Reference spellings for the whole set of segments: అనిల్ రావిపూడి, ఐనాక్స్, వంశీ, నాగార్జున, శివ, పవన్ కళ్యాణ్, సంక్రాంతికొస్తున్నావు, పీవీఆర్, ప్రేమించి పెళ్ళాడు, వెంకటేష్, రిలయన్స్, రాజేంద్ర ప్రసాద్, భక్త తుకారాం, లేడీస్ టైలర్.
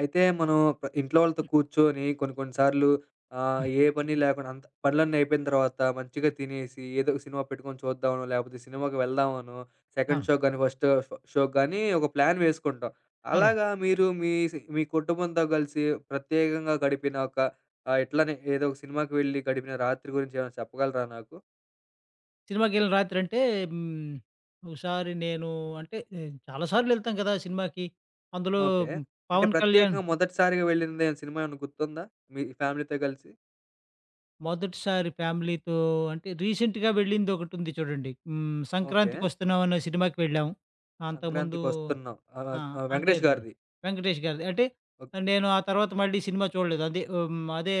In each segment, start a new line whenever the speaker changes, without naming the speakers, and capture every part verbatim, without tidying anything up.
అయితే మనం ప్ర ఇంట్లో వాళ్ళతో
హ్మ్.
కూర్చొని కొన్ని కొన్ని సార్లు ఆహ్,
హ్మ్.
ఏ పని లేకుండా అంత పనులన్నీ అయిపోయిన తర్వాత మంచిగా తినేసి ఏదో ఒక సినిమా పెట్టుకొని చూద్దామనో, లేకపోతే సినిమాకి వెళ్దామనో, సెకండ్
అవును.
షోకి గాని, ఫస్ట్ షో షోకి గాని ఒక ప్లాన్ వేసుకుంటాం.
అవునండి.
అలాగా మీరు మీ సి మీ కుటుంబంతో కలిసి ప్రత్యేకంగా గడిపిన ఒక ఆహ్, ఇట్లనే ఏదో ఒక సినిమాకి వెళ్లి గడిపిన రాత్రి గురించి ఏమైనా చెప్పగలరా నాకు?
సినిమాకెళ్ళిన రాత్రి అంటే హ్మ్. ఒకసారి నేను అంటే ఆహ్, చాలా సార్లు వెళ్తాం కదా! సినిమాకి. అందులో
ఓకే.
హ్మ్,
అంటే
'పవన్ కళ్యాణ్'
ప్రత్యేకంగా మొదటిసారిగా వెళ్ళింది సినిమా ఏమైనా గుర్తుందా? మీ ఫ్యామిలీతో కలిసి?
మొదటిసారి ఫ్యామిలీతో అంటే రీసెంట్‌గా వెళ్ళిందొకటుంది చూడండి. హ్మ్.
ఓకే.
'సంక్రాంతికొస్తున్నావు' అనే సినిమాకి వెళ్ళాం. అంతకుముందు
సంక్రాంతికొస్తున్నాం. ఆహ్,
ఆ!
ఆహ్,
అంటే
వెంకటేష్ గారిది.
'వెంకటేష్' గారిది. అంటే
ఓక్
నేను ఆ తర్వాత మళ్ళీ సినిమా చూడలేదు. అదే హ్మ్, అదే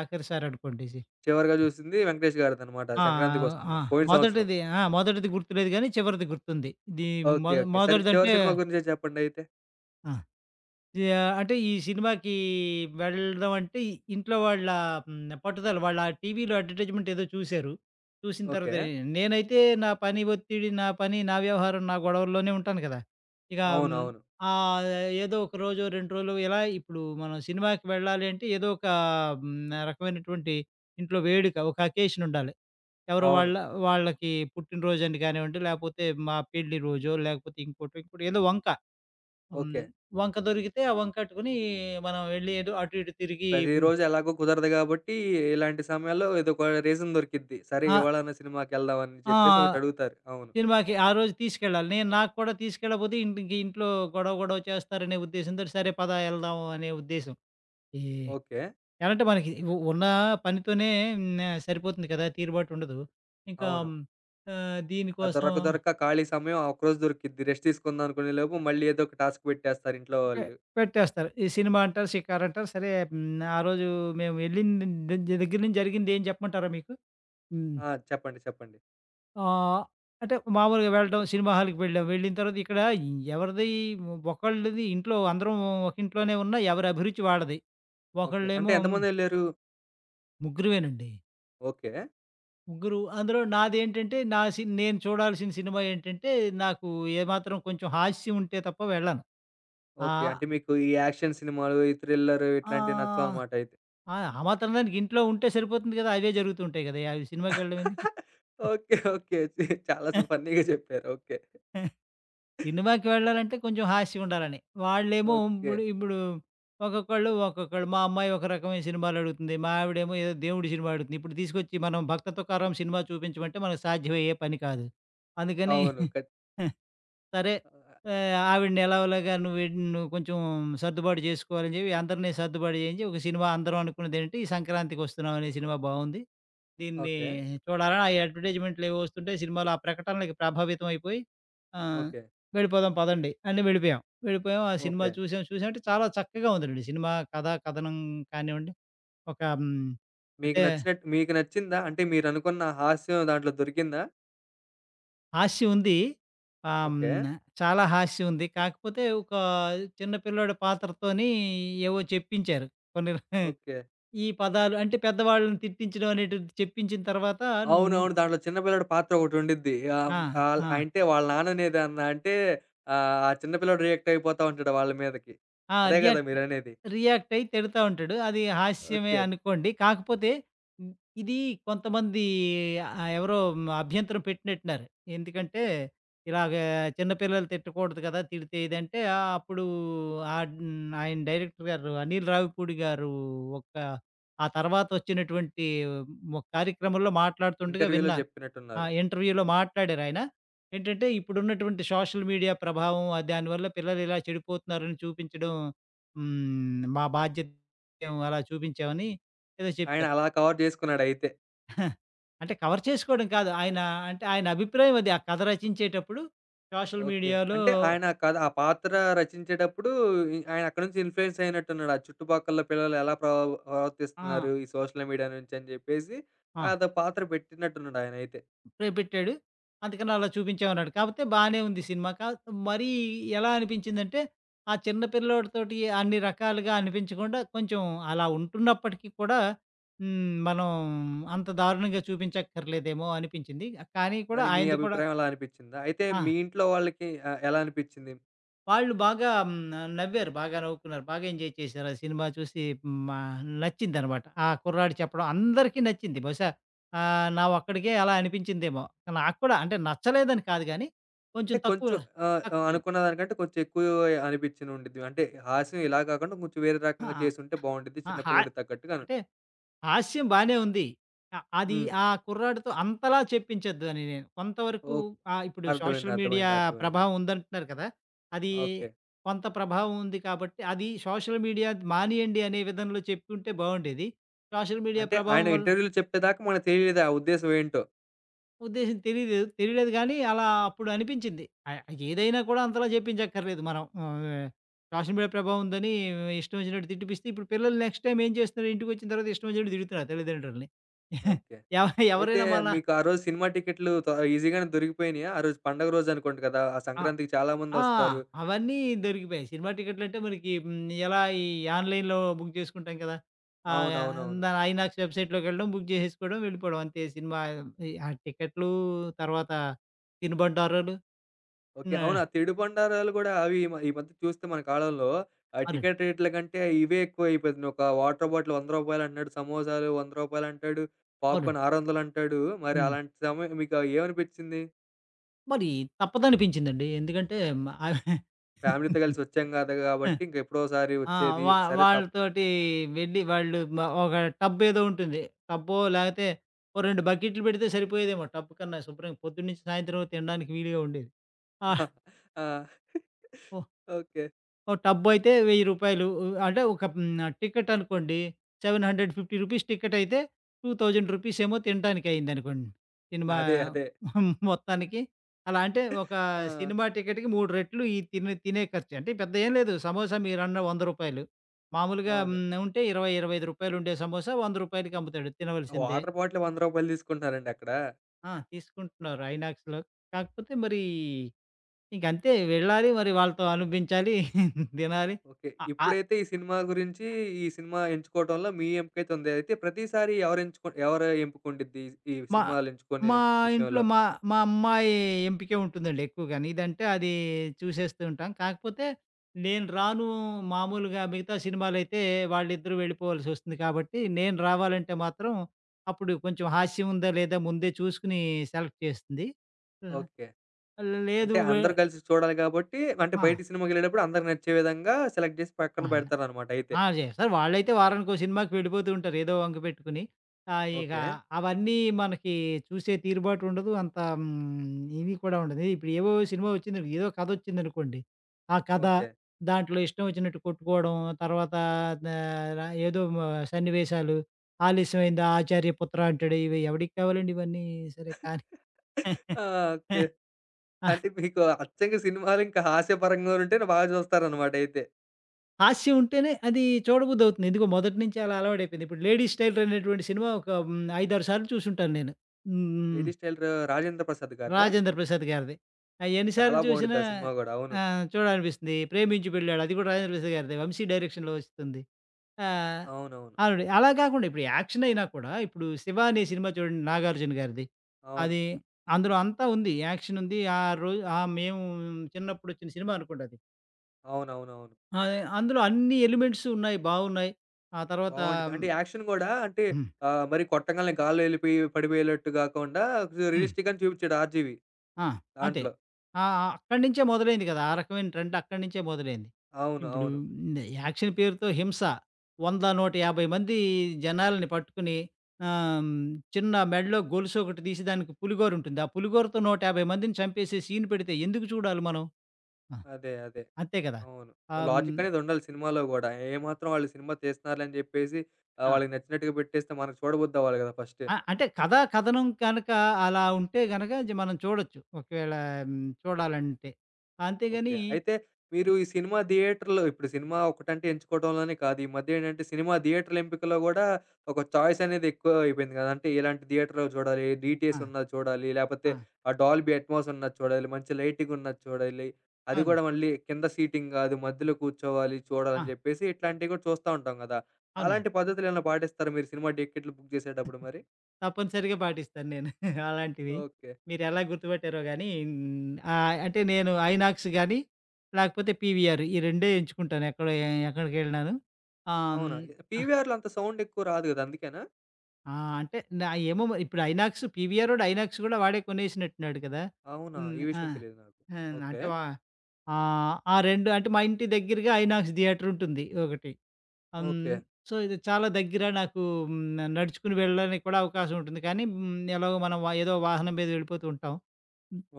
ఆఖరిసారి అనుకోండి. సి
చివరగా చూసింది 'వెంకటేష్' గారిదనమాట.
ఆ!
సంక్రాంతికొస్తున్న
ఆ!
పోయిన సంవత్సరం.
మొదటిది ఆ! మొదటిది గుర్తులేదు గానీ చివరిది గుర్తుంది. ఇది మొ
ఓకే. ఓకే. సరే చివరి
మొదటిదంటే
సినిమా గురించే చెప్పండయితే.
ఆ! యాహ్! అంటే ఈ సినిమాకి వెళ్ళడం అంటే ఇ- ఇంట్లో వాళ్ళ హ్మ్. పట్టుదల వాళ్ళ టీవీలో అడ్వర్టైజ్‌మెంట్ ఏదో చూసారు. చూసిన
ఓకే.
తర్వాత నేనైతే నా పని ఒత్తిడి, నా పని, నా వ్యవహారం, నా గొడవల్లోనే ఉంటాను కదా! ఇక హ్మ్.
అవునవును.
ఆహ్, ఏదో ఒక రోజో, రెండు రోజులు ఇలా ఇప్పుడు మనం సినిమాకి వెళ్ళాలి అంటే ఏదో ఒక హ్మ్. రకమైనటువంటి ఇంట్లో వేడుక ఒక అకేషన్ ఉండాలి. ఎవరో
అవును.
వాళ్ళ వాళ్ళకి పుట్టినరోజని కానివ్వండి, లేకపోతే మా పెళ్లి రోజో, లేకపోతే ఇంకోటో, ఇంకోటో ఏదో వంక. హ్మ్.
ఓకే.
వంక దొరికితే ఆ వంక అట్టుకుని మనం వెళ్ళి ఎటు అటు ఇటు తిరిగి హ్మ్.
ప్రతిరోజు ఎలాగో కుదరదు గాబట్టి, ఇలాంటి సమయాల్లో ఏదో ఒక రీజన్ దొరికిద్ది. సరే
ఆ!
ఇవాళన్న సినిమాకెళ్దామని
ఆ!
చెప్పేసి ఒకటడుగుతారు. అవును.
సినిమాకి ఆ రోజు తీసుకెళ్ళాలి. నేను నాకు కూడా తీసుకెళ్ళకపోతే ఇంటికి ఇంట్లో గొడవ గొడవ చేస్తారనే ఉద్దేశంతోటి సరే పద వెళ్దాం అనే ఉద్దేశం. ఈ
ఓకే.
ఎలా అంటే మనకి ఉ ఉన్న పనితోనే హ్మ్. సరిపోతుంది కదా! తీరుబాటు ఉండదు. ఇంకా
అవును.
ఆహ్,
ఆ
దీనికోసం
దొరక దొరక ఖాళీ సమయం ఆ ఒక్కరోజు దొరికిద్ది. రెస్ట్ తీసుకుందాం అనుకునే లోపు మళ్ళీ ఏదో ఒక టాస్క్ పెట్టేస్తారు ఇంట్లో
పె
వాళ్ళు.
పెట్టేస్తారు. ఈ సినిమా అంటారు, షికారు అంటారు. సరే. హ్మ్. ఆ రోజు మేము వెళ్ళిన ద దగ్గర నుంచి జరిగింది ఏం చెప్పమంటారా మీకు? హ్మ్.
ఆ! చెప్పండి. చెప్పండి.
ఆహ్, అంటే మామూలుగా వెళ్ళడం సినిమా హాల్‌కి వెళ్ళాం. వెళ్ళిన తర్వాత ఇక్కడ ఎవరిది ఒకళ్ళది ఇంట్లో అందరం ఒక ఇంట్లోనే ఉన్నా ఎవరి అభిరుచి వాళ్ళది.
ఓకే. అంటే
ఒకళ్ళేమో
ఎంతమందెళ్లారు?
ముగ్గురమేనండి.
ఓకే.
ముగ్గురు అందులో నాదేంటంటే నా సి నేను చూడాల్సిన సినిమా ఏంటంటే నాకు ఏమాత్రం కొంచెం హాస్యం ఉంటే తప్ప వెళ్ళను.
ఓకే.
ఆహ్,
అంటే మీకు ఈ యాక్షన్ సినిమాలు, ఈ థ్రిల్లర్ ఇట్లాంటివి
ఆహ్,
నచ్చవనమాట అయితే.
ఆ! ఆ మాత్రం దానికి ఇంట్లో ఉంటే సరిపోతుంది కదా! అవే జరుగుతూ ఉంటాయి కదా! అవి సినిమాకెళ్ళడం ఎందుకు?
ఓకే. ఓకే. చి చాలా సు ఫన్నీగా చెప్పారు. ఓకే.
సినిమాకి వెళ్ళాలంటే కొంచెం హాస్యం ఉండాలని. వాళ్ళేమో
ఓకే.
ఇప్పుడు ఇప్పుడు ఒక్కొక్కళ్ళు, ఒక్కొక్కళ్ళు మా అమ్మాయి ఒక రకమైన సినిమాలు అడుగుతుంది. మా ఆవిడేమో ఏదో దేవుడి సినిమా అడుగుతుంది. ఇప్పుడు తీసుకొచ్చి మనం 'భక్త తుకారాం' సినిమా చూపించమంటే మనకు సాధ్యమయ్యే పని కాదు. అందుకని
అవును. ఖచ్
సరే.
ఆహ్,
ఆహ్, ఆవిడని ఎలాగోలాగా నువ్వు వెన్ నువ్వు కొంచెం సర్దుబాటు చేసుకోవాలని చెప్పి అందరిని సర్దుబాటు చేయించి ఒక సినిమా అందరం అనుకున్నదేంటి ఈ సంక్రాంతికి వస్తున్నాం అనే సినిమా బావుంది. దీన్ని
ఓకే.
చూడాలని ఆ అడ్వర్టైజ్‌మెంట్‌లేవో వస్తుంటాయి. సినిమాలో ఆ ప్రకటనలకి ప్రభావితం అయిపోయి ఆహ్,
ఓకే.
వెళ్ళిపోదాం పదండి అని వెళ్ళిపోయాం. వెళ్ళిపోయాం. ఆ సినిమా
ఓకే.
చూసాం. చూసాం అంటే చాలా చక్కగా ఉందండి. సినిమా కథ, కథనం కానివ్వండి, ఒక హ్మ్,
మీకు
అంటే
నచ్చినట్టు మీకు నచ్చిందా? అంటే మీరనుకున్న హాస్యం దాంట్లో దొరికిందా?
హాస్యం ఉంది. ఆహ్,
ఓకే.
హ్మ్, చాలా హాస్యం ఉంది. కాకపోతే ఒక చిన్న పిల్లోడి పాత్రతోని ఏవో చెప్పించారు. కొన్ని
ఓకే.
ఈ పదాలు అంటే పెద్దవాళ్ళని తిట్టించడం అనేటిది చెప్పించిన తర్వాత హ్మ్.
అవునవును. దాంట్లో చిన్న పిల్లాడి పాత్ర ఒకటుండిద్ది. ఆహ్,
ఆ!
ఆల్
ఆ!
అంటే వాళ్ళ నాన్ననేదన్నా అంటే ఆహ్, ఆ చిన్న పిల్లోడు రియాక్ట్ అయిపోతా ఉంటాడు వాళ్ళ మీదకి.
ఆ!
అదే గదా
రియాక్ట్
మీరనేది?
రియాక్ట్ అయ్యి తిడతా ఉంటాడు. అది హాస్యమే
ఓకే.
అనుకోండి. కాకపోతే హ్మ్, ఇది కొంతమంది ఆహ్, ఎవరో అభ్యంతరం పెట్టినట్టున్నారు. ఎందుకంటే ఇలాగ చిన్న పిల్లలు తిట్టకూడదు కదా! తిడితే ఇదంటే ఆహ్, అప్పుడు ఆహ్, హ్మ్, ఆయన డైరెక్టర్ గారు అనిల్ రావిపూడి గారు ఒక ఆ తర్వాత వచ్చినటువంటి ఒక కార్యక్రమంలో మాట్లాడుతుండగా
ఇంటర్వ్యూలో
విన్నా. ఆ!
చెప్పినట్టున్నారు.
ఇంటర్వ్యూలో మాట్లాడారాయన. ఏంటంటే ఇప్పుడున్నటువంటి సోషల్ మీడియా ప్రభావం, ఆహ్, దానివల్ల పిల్లలు ఇలా చెడిపోతున్నారని చూపించడం హ్మ్. మా బాధ్యత, మేము అలా చూపించామని ఏదో
ఆయన
చెప్పారు.
అలా కవర్ జేసుకున్నాడయితే.
అంటే కవర్ చేసుకోవడం కాదు. ఆయన అంటే ఆయన అభిప్రాయం అది. ఆ కథ రచించేటప్పుడు సోషల్
ఓకే.
మీడియాలో
అంటే ఆయన ఆ కథ ఆ పాత్ర రచించేటప్పుడు ఇ ఆయన అక్కడి నుంచి ఇన్‌ఫ్లూయెన్స్ అయినట్టున్నాడు. ఆ చుట్టుపక్కల పిల్లలు ఎలా ప్రవ
ఆ!
ప్రవర్తిస్తున్నారు ఈ సోషల్ మీడియా నుంచి అని జెప్పేసి
ఆ!
అదో పాత్ర పెట్టినట్టున్నాడు ఆయనయితే.
స్ప్రే పెట్టాడు. అందుకని అలా చూపించామన్నాడు. కాపోతే బానే ఉంది సినిమా. కాపోతే మరీ ఎలా అనిపించిందంటే, ఆ చిన్న పిల్లోడితోటి అన్ని రకాలుగా అనిపించకుండా కొంచెం అలా ఉంటున్నప్పటికీ కూడా హ్మ్. మనం అంత దారుణంగా చూపించక్కర్లేదేమో అనిపించింది. కానీ కూడా
అని మీ
ఆయనది కూడా
అభిప్రాయం అలా అనిపిచ్చిందా? అయితే
ఆ!
మీ ఇంట్లో వాళ్ళకి ఆహ్, ఎలా అనిపిచ్చింది?
వాళ్ళు బాగా హ్మ్, నవ్వారు. బాగా నవ్వుకున్నారు. బాగా ఎంజాయ్ చేశారు. ఆ సినిమా చూసి మా నచ్చిందనమాట. ఆ కుర్రాడు చెప్పడం అందరికీ నచ్చింది. బహుశా ఆహ్, నా ఒక్కడికే అలా అనిపించిందేమో! నాకు కూడా అంటే నచ్చలేదని కాదు గానీ,
అంటే
కొంచెం తక్కువ
కొంచెం ఆహ్, ఆహ్,
తక్కువ.
అనుకున్న దానికంటే కొంచెం ఎక్కువే అనిపిచ్చుండిద్ది. అంటే హాస్యం ఇలా కాకుండా కొంచెం వేరే రకంగా
ఆ!
చేసుంటే బావుండిద్ది
ఆ!
చిన్న
హా
పిల్లోడికి తగ్గట్టుగా అను
అంటే హాస్యం బానే ఉంది. అ అది
హ్మ్.
ఆ కుర్రాడితో అంతలా చెప్పించొద్దు అని నేను. కొంతవరకు
ఓహ్!
ఆహ్, ఇప్పుడు
అర్థమైంది.
సోషల్ మీడియా
అర్థమైంది. అర్థమైంది.
ప్రభావం ఉందంటున్నారు కదా! అది
ఓకే.
కొంత ప్రభావం ఉంది కాబట్టి అది సోషల్ మీడియా మానియండి అనే విధంలో చెప్పుంటే బావుండేది. సోషల్ మీడియా
అంటే
ప్రభావం
ఆయన
వల్ల
ఇంటర్వ్యూలో చెప్పేదాకా మనకు తెలీదు ఆ ఉద్దేశం ఏంటో.
ఉద్దేశం తెలీదు. తెలియలేదు గానీ, అలా అప్పుడు అనిపించింది. ఆహ్, ఏదైనా కూడా అంతలా జెప్పించక్కర్లేదు మనం. ఆహ్, సోషల్ మీడియా ప్రభావం ఉందని ఇష్టం ఒచ్చినట్టు తిట్టిపిస్తే, ఇప్పుడు పిల్లలు నెక్స్ట్ టైమ్ ఏం చేస్తున్నారు, ఇంటికొచ్చిన తర్వాత ఇష్టం ఒచ్చినట్టు తిడుతున్నారు తల్లిదండ్రులని.
ఓకే.
ఎవ
అయితే
ఎవరైనా మన
మీకు ఆ రోజు సినిమా టికెట్లు త ఈజీగానే దొరికిపోయినియా? ఆ రోజు పండగ రోజు అనుకుంట కదా! ఆ
ఆ!
సంక్రాంతికి చాలా
ఆ!
మందొస్తారు.
అవన్నీ దొరికిపోయాయి. సినిమా టికెట్లంటే మనకి హ్మ్, ఎలా ఈ ఆన్‌లైన్‌లో బుక్ జేసుకుంటాం కదా! ఆహ్,
అవునవునవును.
దాని ఐనాక్స్ వెబ్‌సైట్‌లోకెళ్ళడం, బుక్ జేసేసుకోవడం, వెళ్ళిపోవడం అంతే. సినిమా ఈ ఆ టికెట్లు, తర్వాత తినుబండారాలు.
ఓకే.
హ్మ్.
అవును. ఆ తిడు బండారాలు గూడా అవి ఈ మ ఈ మధ్య చూస్తే మన కాలంలో ఆ
అవునండి.
టికెట్ రేట్ల కంటే ఇవే ఎక్కువైపోతున్నాయి. ఒక వాటర్ బాటిల్ రూ. 100 అంటున్నాడు. సమోసాలు రూ. 100 అంటాడు.
అవునండి.
పాప్‌కార్న్ ఆరు వందలు అంటాడు. మరి
హ్మ్.
అలాంటి సమయం మీకు ఏమనిపించింది?
మరి తప్పదనిపించిందండి. ఎందుకంటే మ ఆహ్,
ఫ్యామిలీతో కలిసి వచ్చాం గదా! కాబట్టి ఇంకెప్పుడోసారి
ఆ!
వచ్చేది.
వా
సరే తప్
వాళ్ళతోటి వెళ్ళి వాళ్ళు మ ఒక టబ్ ఏదో ఉంటుంది. టబ్బో లేకపోతే ఓ రెండు బకెట్లు పెడితే సరిపోయేదేమో. టబ్ కన్నా శుభ్రంగా పొద్దున్నుంచి సాయంత్రం వరకు తినడానికి వీలుగా ఉండేది. ఆ!
ఆ! ఓకే.
ఓ టబ్బయితే రూ. వెయ్యి, అంటే ఒక హ్మ్. టికెట్ అనుకోండి రూ. ఏడు వందల యాభై టికెట్ అయితే రూ. రెండు వేలు ఏమో తినడానికి అయిందనుకోండి. సినిమా
అదే. అదే.
మొత్తానికి. అలా అంటే ఒక
ఆ!
సినిమా టికెట్‌కి మూడు రెట్లు ఈ తినే తినే ఖర్చు. అంటే పెద్ద ఏం లేదు. సమోసా మీరన్న రూ. వంద మామూలుగా
అవును.
హ్మ్. ఉంటే, రూ. ఇరవై, రూ. ఇరవై ఐదు ఉండే సమోసా రూ. 100కి అమ్ముతాడు, తినవలసిందే.
వాటర్ బాటిల్ రూ. వంద తీసుకుంటున్నారండి అక్కడ.
ఆ! తీసుకుంటున్నారు ఐనాక్స్‌లో. కాకపోతే మరి ఇంకంతే వెళ్ళాలి. మరి వాళ్ళతో అనిపించాలి తినాలి.
ఓకే.
అ! ఆ
ఇప్పుడైతే ఈ సినిమా గురించి, ఈ సినిమా ఎంచుకోవడంలో మీ ఎంపికైతే ఉంది. అయితే ప్రతిసారి ఎవరు ఎంచుకు ఎవరు ఎంపిక ఉండిద్ది ఈ
మా
సినిమాలు ఎంచుకునే
మా ఇంట్లో
విషయంలో?
మా మా అమ్మాయి ఎంపికే ఉంటుందండి ఎక్కువగాని. ఇదంటే అది చూసేస్తూ ఉంటాం. కాకపోతే నేను రాను. మామూలుగా మిగతా సినిమాలైతే వాళ్ళిద్దరూ వెళ్ళిపోవాల్సొస్తుంది కాబట్టి, నేను రావాలంటే మాత్రం అప్పుడు కొంచెం హాస్యం ఉందా లేదా ముందే చూసుకొని సెలెక్ట్ చేస్తుంది. హ్మ్.
ఓకే.
లేదు
అంటే
వె
అందరూ కలిసి చూడాలి కాబట్టి అంటే
ఆ!
బయటికి సినిమాకెళ్ళేటప్పుడు అందరికి నచ్చే విధంగా సెలెక్ట్ చేసి పక్కన
ఆ!
పెడతారనమాట అయితే.
ఆ! చేస్తారు. వాళ్ళైతే వారానికో సినిమాకి వెళ్ళిపోతూ ఉంటారు. ఏదో వంక పెట్టుకుని. ఆహ్, ఇక
ఓకే.
అవన్నీ మనకి చూసే తీరుబాటు ఉండదు. అంత హ్మ్, ఇది కూడా ఉండదు. ఇప్పుడు ఏవో సినిమా వచ్చింది, ఏదో కథొచ్చిందనుకోండి. ఆ కథ,
ఓకే.
దాంట్లో ఇష్టం వచ్చినట్టు కొట్టుకోవడం, తర్వాత ఆహ్, ఏదో మ సన్నివేశాలు, ఆలస్యమైందా ఆచార్య పుత్ర అంటాడు. ఇవి ఎవడికి కావాలండి ఇవన్నీ? సరే కానీ
ఆ! ఓకే. అంటే మీకు అచ్చంగా సినిమాలు ఇంకా హాస్యపరంగా ఉంటేనే బాగా చూస్తారనమాట అయితే.
హాస్యం ఉంటేనే అది చూడబుద్దవుతుంది. ఎందుకో మొదటి నుంచి అలా అలవాటైపోయింది. ఇప్పుడు 'లేడీస్ టైలర్' అనేటువంటి సినిమా ఒక హ్మ్, ఐదు, ఆరు సార్లు చూసుంటాను నేను. హ్మ్.
'లేడీస్ టైలర్' రాజేంద్ర ప్రసాద్ గారిదా?
'రాజేంద్ర ప్రసాద్' గారిది. ఆహ్, ఎన్ని
చాలా
సార్లు
బావుండిద్ది
చూసినా
ఆ సినిమా గూడా. అవును.
ఆ! చూడాలనిపిస్తుంది. 'ప్రేమించి పెళ్ళాడు' అది కూడా 'రాజేంద్ర ప్రసాద్' గారిదే. వంశీ డైరెక్షన్‌లో వస్తుంది. ఆహ్,
అవునవును.
అవునండి. అలా కాకుండా ఇప్పుడు యాక్షన్ అయినా కూడా ఇప్పుడు 'శివ' అనే సినిమా చూడండి 'నాగార్జున' గారిది.
అవును.
అది అందులో అంతా ఉంది. యాక్షన్ ఉంది. ఆ రోజు ఆహ్, మేము చిన్నప్పుడు వచ్చిన సినిమా అనుకుంటా అది.
అవునవునవును.
ఆ! అందులో అన్ని ఎలిమెంట్స్ ఉన్నాయి. బావున్నాయి. ఆ తర్వాత
బావుండిద్ది. అంటే యాక్షన్ గూడా అంటే
హ్మ్.
ఆహ్, మరి కొట్టంగాల్నే గాల్లో ఎళ్ళిపోయి పడిపోయేలట్టు గాకుండా కొంచెం
హ్మ్.
రియలిస్టిక్‌గానే చూపిచ్చాడు 'ఆర్‌జీవి'
ఆ! అంతే.
దాంట్లో.
ఆ! అక్కడి నుంచే మొదలైంది కదా! ఆ రకమైన ట్రెండ్ అక్కడి నుంచే మొదలైంది.
అవును.
ఇప్పుడు
అవును.
హ్మ్. యాక్షన్ పేరుతో హింస. వంద, నూట యాభై మంది జనాలని పట్టుకుని ఆహ్, చిన్న మెడలో గొలుసు ఒకటి తీసి దానికి పులిగోరుంటుంది. ఆ పులిగోరతో నూట యాభై మందిని చంపేసే సీన్ పెడితే ఎందుకు చూడాలి మనం? ఆ!
అదే. అదే.
అంతే కదా!
అవును.
ఆహ్, హ్మ్.
లాజిక్ అనేది ఉండాలి సినిమాలో గూడా. ఏమాత్రం వాళ్ళు సినిమా తీస్తున్నారులే అని జెప్పేసి ఆహ్,
ఆ! ఉమ్,
వాళ్ళకి నచ్చినట్టుగా పెట్టేస్తే మనకు చూడబుద్దవ్వాలి గదా ఫస్ట్.
ఆ! అంటే కథా కథనం కనుక అలా ఉంటే గనక జ మనం చూడొచ్చు. ఒకవేళ హ్మ్, చూడాలంటే.
ఓకే.
అంతేగాని
అయితే మీరు ఈ సినిమా థియేటర్‌లో ఇప్పుడు సినిమా ఒకటంటే ఎంచుకోవడంలోనే కాదు. ఈ మధ్య ఏంటంటే సినిమా థియేటర్‌ల ఎంపికలో గూడా ఒక చాయిస్ అనేది ఎక్కువ అయిపోయింది గదా! అంటే ఎలాంటి థియేటర్‌లో చూడాలి,
ఆ!
డీటీఎస్ ఉన్నది చూడాలి, లేపోతే
ఆ!
ఆ డాల్బీ అట్మాస్ ఉన్నది చూడాలి, మంచి లైటింగ్ ఉన్నది చూడాలి. అది
అవును.
గూడా మళ్ళీ కింద సీటింగ్ గాదు మధ్యలో కూర్చోవాలి
ఆ!
చూడాలని జెప్పేసి ఇట్లాంటివి గూడా చూస్తా ఉంటాం గదా!
అవును.
అలాంటి పద్ధతులేమన్నా పాటిస్తారా మీరు సినిమా టికెట్లు బుక్ జేసేటప్పుడు మరి?
తప్పనిసరిగా పాటిస్తాను నేను. అలాంటివి.
ఓకే.
మీరెలా గుర్తుపట్టారో గానీ, హ్మ్, ఆహ్, అంటే నేను ఐనాక్స్ గాని, లేకపోతే పీవీఆర్, ఈ రెండే ఎంచుకుంటాను ఎక్కడ ఎక్కడికెళ్ళినాను. ఆహ్, హ్మ్
అవునా? పీవీఆర్‌లో అంత సౌండ్ ఎక్కువ రాదు గదా! అందుకేనా?
ఆ! అంటే నా ఏమో మరి ఇప్పుడు ఐనాక్స్ పీవీఆరోడు ఐనాక్స్ గూడా వాడే కొనేసినట్టున్నాడు కదా!
అవునా?
హ్మ్.
ఈ
ఆ!
విషయం తెలీదు నాకు.
ఆ!
ఓకే.
అంటే వా ఆహ్, ఆ రెండు అంటే మా ఇంటి దగ్గరగా ఐనాక్స్ థియేటర్ ఉంటుంది ఒకటి. హ్మ్.
ఓకే.
సో, ఇది చాలా దగ్గర నాకు. హ్మ్. నడుచుకొని వెళ్ళడానికి కూడా అవకాశం ఉంటుంది. కానీ హ్మ్. ఎలాగో మనం వ ఏదో వాహనం మీద వెళ్ళిపోతూ ఉంటాం.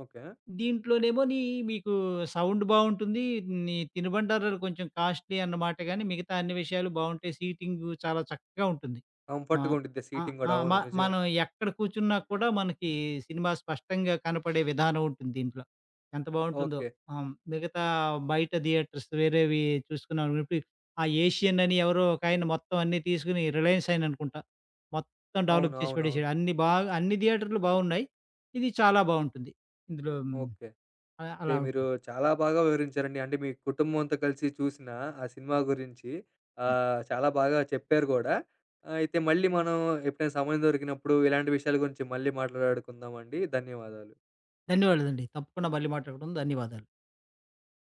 ఓకే.
దీంట్లోనేమోని మీకు సౌండ్ బావుంటుంది. నీ తినుబండారాలు కొంచెం కాస్ట్‌లీ అన్నమాట గానీ, మిగతా అన్ని విషయాలు బావుంటాయి. సీటింగు చాలా చక్కగా ఉంటుంది. ఆ!
కంఫర్ట్‌గా ఉండిద్ది
ఆ!
సీటింగ్
ఆ!
గూడా.
మ
అవును. నిజమే.
మనం ఎక్కడ కూర్చున్నా కూడా మనకి సినిమా స్పష్టంగా కనపడే విధానం ఉంటుంది దీంట్లో. ఎంత బావుంటుందో.
ఓకే.
ఆహ్, మిగతా బయట థియేటర్స్ వేరేవి చూసుకున్నామనుకో, ఆ ఏషియన్ అని ఎవరో ఒకాయన మొత్తం అన్నీ తీసుకొని 'రిలయన్స్' ఆయననుకుంటా. మొత్తం
అవును.
డెవలప్ చేసి
అవును. అవును.
పడేసాడు. అన్ని బాగా అన్ని థియేటర్‌లు బావున్నాయి. ఇది చాలా బావుంటుంది. ఇందులో హ్మ్.
ఓకే.
ఆహ్,
అయితే
అలా
మీరు
ఉంటుంది.
చాలా బాగా వివరించారండి. అంటే మీ కుటుంబంతో కలిసి చూసిన ఆ సినిమా గురించి ఆహ్, చాలా బాగా చెప్పారు గూడా. అయితే మళ్ళీ మనం ఎప్పుడైనా సమయం దొరికినప్పుడు ఇలాంటి విషయాల గురించి మళ్ళీ మాట్లాడుకుందామండి. ధన్యవాదాలు.
ధన్యవాదాలండి. తప్పకుండా మళ్ళీ మాట్లాడుకుందాం. ధన్యవాదాలు.